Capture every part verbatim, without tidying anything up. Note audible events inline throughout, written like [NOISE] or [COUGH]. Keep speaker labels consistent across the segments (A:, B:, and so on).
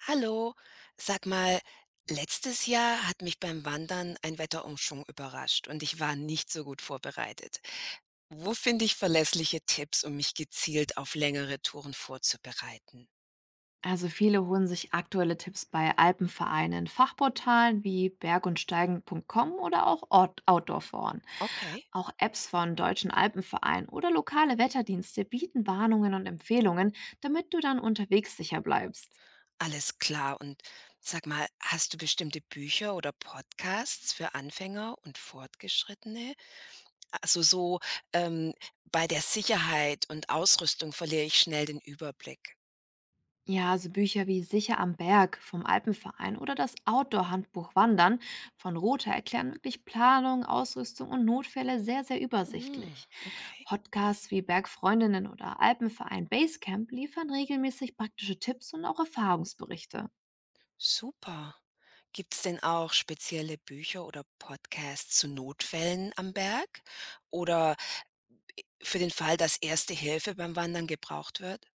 A: Hallo, sag mal, letztes Jahr hat mich beim Wandern ein Wetterumschwung überrascht und ich war nicht so gut vorbereitet. Wo finde ich verlässliche Tipps, um mich gezielt auf längere Touren vorzubereiten?
B: Also viele holen sich aktuelle Tipps bei Alpenvereinen, Fachportalen wie berg und steigen Punkt com oder auch Out- Outdoor-Foren.
A: Okay,
B: Auch Apps von deutschen Alpenvereinen oder lokale Wetterdienste bieten Warnungen und Empfehlungen, damit du dann unterwegs sicher bleibst.
A: alles klar. Und sag mal, hast du bestimmte Bücher oder Podcasts für Anfänger und Fortgeschrittene? Also so ähm, bei der Sicherheit und Ausrüstung verliere ich schnell den Überblick.
B: Ja, also Bücher wie Sicher am Berg vom Alpenverein oder das Outdoor-Handbuch Wandern von Rother erklären wirklich Planung, Ausrüstung und Notfälle sehr, sehr
A: Hm,
B: übersichtlich.
A: okay.
B: Podcasts wie Bergfreundinnen oder Alpenverein Basecamp liefern regelmäßig praktische Tipps und auch Erfahrungsberichte.
A: Super. Gibt's denn auch spezielle Bücher oder Podcasts zu Notfällen am Berg oder für den Fall, dass Erste Hilfe beim Wandern gebraucht wird?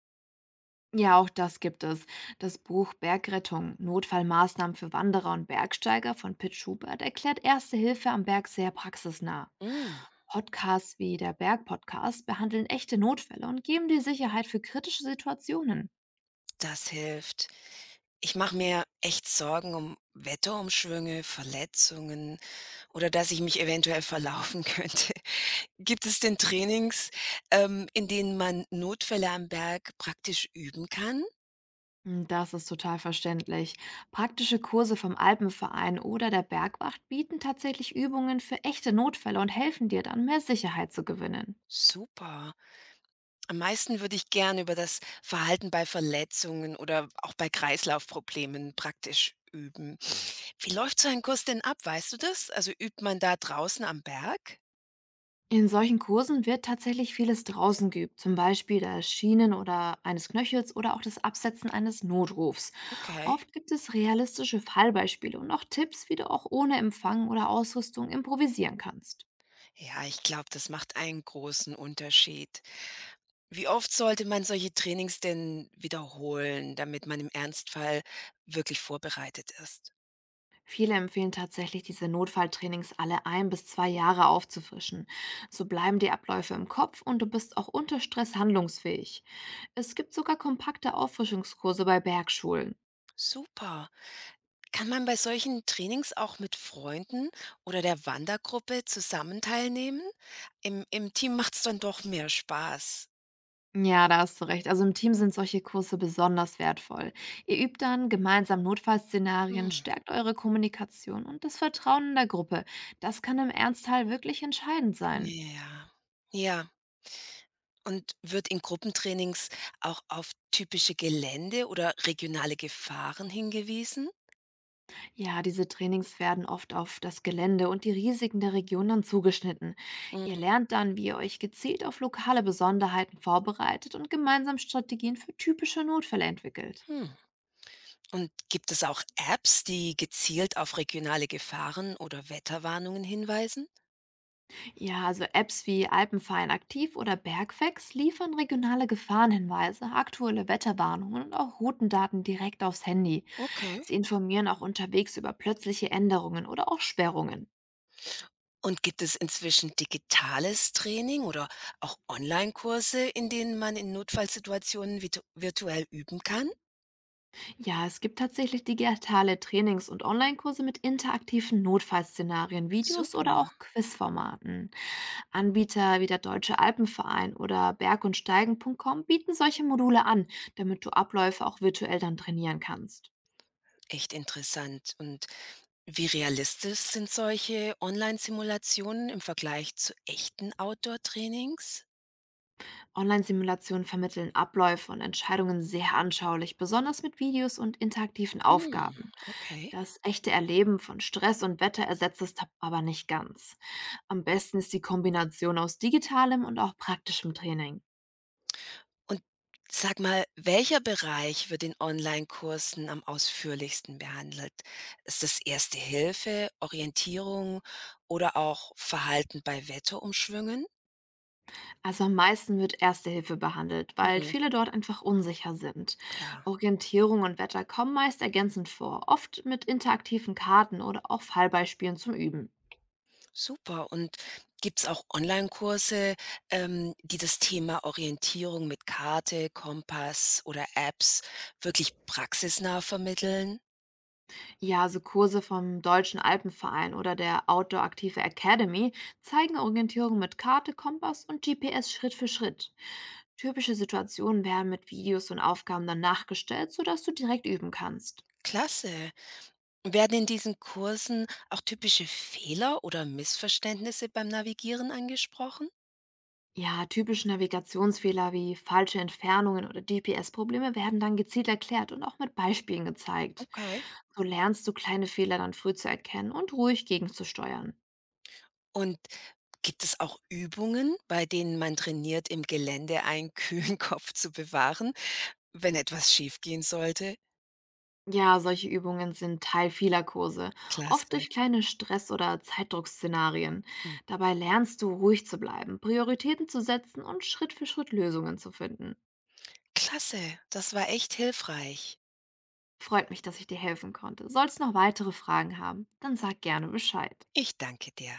B: Ja, auch das gibt es. Das Buch Bergrettung, Notfallmaßnahmen für Wanderer und Bergsteiger von Pitt Schubert erklärt Erste Hilfe am Berg sehr praxisnah.
A: Hm,
B: Podcasts wie der Berg-Podcast behandeln echte Notfälle und geben dir Sicherheit für kritische Situationen.
A: das hilft. Ich mache mir echt Sorgen um Wetterumschwünge, Verletzungen oder dass ich mich eventuell verlaufen könnte. [LAUGHS] Gibt es denn Trainings, ähm, in denen man Notfälle am Berg praktisch üben kann?
B: Hm. Das ist total verständlich. Praktische Kurse vom Alpenverein oder der Bergwacht bieten tatsächlich Übungen für echte Notfälle und helfen dir dann, mehr Sicherheit zu gewinnen.
A: Super. Am meisten würde ich gern über das Verhalten bei Verletzungen oder auch bei Kreislaufproblemen praktisch üben. Wie läuft so ein Kurs denn ab? Weißt du das? Also übt man da draußen am Berg?
B: In solchen Kursen wird tatsächlich vieles draußen geübt, zum Beispiel das Schienen oder eines Knöchels oder auch das Absetzen eines Notrufs.
A: Okay.
B: Oft gibt es realistische Fallbeispiele und auch Tipps, wie du auch ohne Empfang oder Ausrüstung improvisieren kannst.
A: Ja, ich glaube, das macht einen großen Unterschied. Wie oft sollte man solche Trainings denn wiederholen, damit man im Ernstfall wirklich vorbereitet ist?
B: Viele empfehlen tatsächlich, diese Notfalltrainings alle ein bis zwei Jahre aufzufrischen. So bleiben die Abläufe im Kopf und du bist auch unter Stress handlungsfähig. Es gibt sogar kompakte Auffrischungskurse bei Bergschulen.
A: Super. Kann man bei solchen Trainings auch mit Freunden oder der Wandergruppe zusammen teilnehmen? Im im Team macht's dann doch mehr Spaß.
B: Ja, da hast du recht. Also im Team sind solche Kurse besonders wertvoll. Ihr übt dann gemeinsam Notfallszenarien,
A: Mhm.
B: stärkt eure Kommunikation und das Vertrauen in der Gruppe. Das kann im Ernstfall wirklich entscheidend sein.
A: Ja, ja. Und wird in Gruppentrainings auch auf typische Gelände oder regionale Gefahren hingewiesen?
B: Ja, diese Trainings werden oft auf das Gelände und die Risiken der Region dann zugeschnitten. Ihr lernt dann, wie ihr euch gezielt auf lokale Besonderheiten vorbereitet und gemeinsam Strategien für typische Notfälle entwickelt.
A: Mhm. Und gibt es auch Apps, die gezielt auf regionale Gefahren oder Wetterwarnungen hinweisen?
B: Ja, also Apps wie Alpenverein aktiv oder Bergfex liefern regionale Gefahrenhinweise, aktuelle Wetterwarnungen und auch Routendaten direkt aufs Handy.
A: Okay.
B: Sie informieren auch unterwegs über plötzliche Änderungen oder auch Sperrungen.
A: Und gibt es inzwischen digitales Training oder auch Online-Kurse, in denen man in Notfallsituationen virtu virtuell üben kann?
B: Ja, es gibt tatsächlich digitale Trainings- und Online-Kurse mit interaktiven Notfallszenarien, Videos
A: Super,
B: oder auch Quizformaten. Anbieter wie der Deutsche Alpenverein oder berg und steigen Punkt com bieten solche Module an, damit du Abläufe auch virtuell dann trainieren kannst.
A: echt interessant. Und wie realistisch sind solche Online-Simulationen im Vergleich zu echten Outdoor-Trainings?
B: Online-Simulationen vermitteln Abläufe und Entscheidungen sehr anschaulich, besonders mit Videos und interaktiven
A: Hm,
B: Aufgaben.
A: okay.
B: Das echte Erleben von Stress und Wetter ersetzt es tab- aber nicht ganz. Am besten ist die Kombination aus digitalem und auch praktischem Training.
A: Und sag mal, welcher Bereich wird in Online-Kursen am ausführlichsten behandelt? Ist es Erste Hilfe, Orientierung oder auch Verhalten bei Wetterumschwüngen?
B: Also am meisten wird Erste Hilfe behandelt, weil
A: Hm,
B: viele dort einfach unsicher sind.
A: klar.
B: Orientierung und Wetter kommen meist ergänzend vor, oft mit interaktiven Karten oder auch Fallbeispielen zum Üben.
A: Super. Und gibt's auch Online-Kurse, ähm, die das Thema Orientierung mit Karte, Kompass oder Apps wirklich praxisnah vermitteln?
B: Ja, so Kurse vom Deutschen Alpenverein oder der Outdoor Aktive Academy zeigen Orientierung mit Karte, Kompass und G P S Schritt für Schritt. Typische Situationen werden mit Videos und Aufgaben dann nachgestellt, sodass du direkt üben kannst.
A: Klasse. Werden in diesen Kursen auch typische Fehler oder Missverständnisse beim Navigieren angesprochen?
B: Ja, typische Navigationsfehler wie falsche Entfernungen oder G P S-Probleme werden dann gezielt erklärt und auch mit Beispielen gezeigt.
A: Okay.
B: So lernst du kleine Fehler dann früh zu erkennen und ruhig gegenzusteuern.
A: Und gibt es auch Übungen, bei denen man trainiert, im Gelände einen kühlen [LAUGHS] Kopf zu bewahren, wenn etwas schiefgehen sollte?
B: Ja, solche Übungen sind Teil vieler Kurse, oft
A: Klasse.
B: durch kleine Stress- oder Zeitdruckszenarien.
A: Hm.
B: Dabei lernst du, ruhig zu bleiben, Prioritäten zu setzen und Schritt für Schritt Lösungen zu finden.
A: Klasse, das war echt hilfreich.
B: Freut mich, dass ich dir helfen konnte. Sollst noch weitere Fragen haben, dann sag gerne Bescheid.
A: Ich danke dir.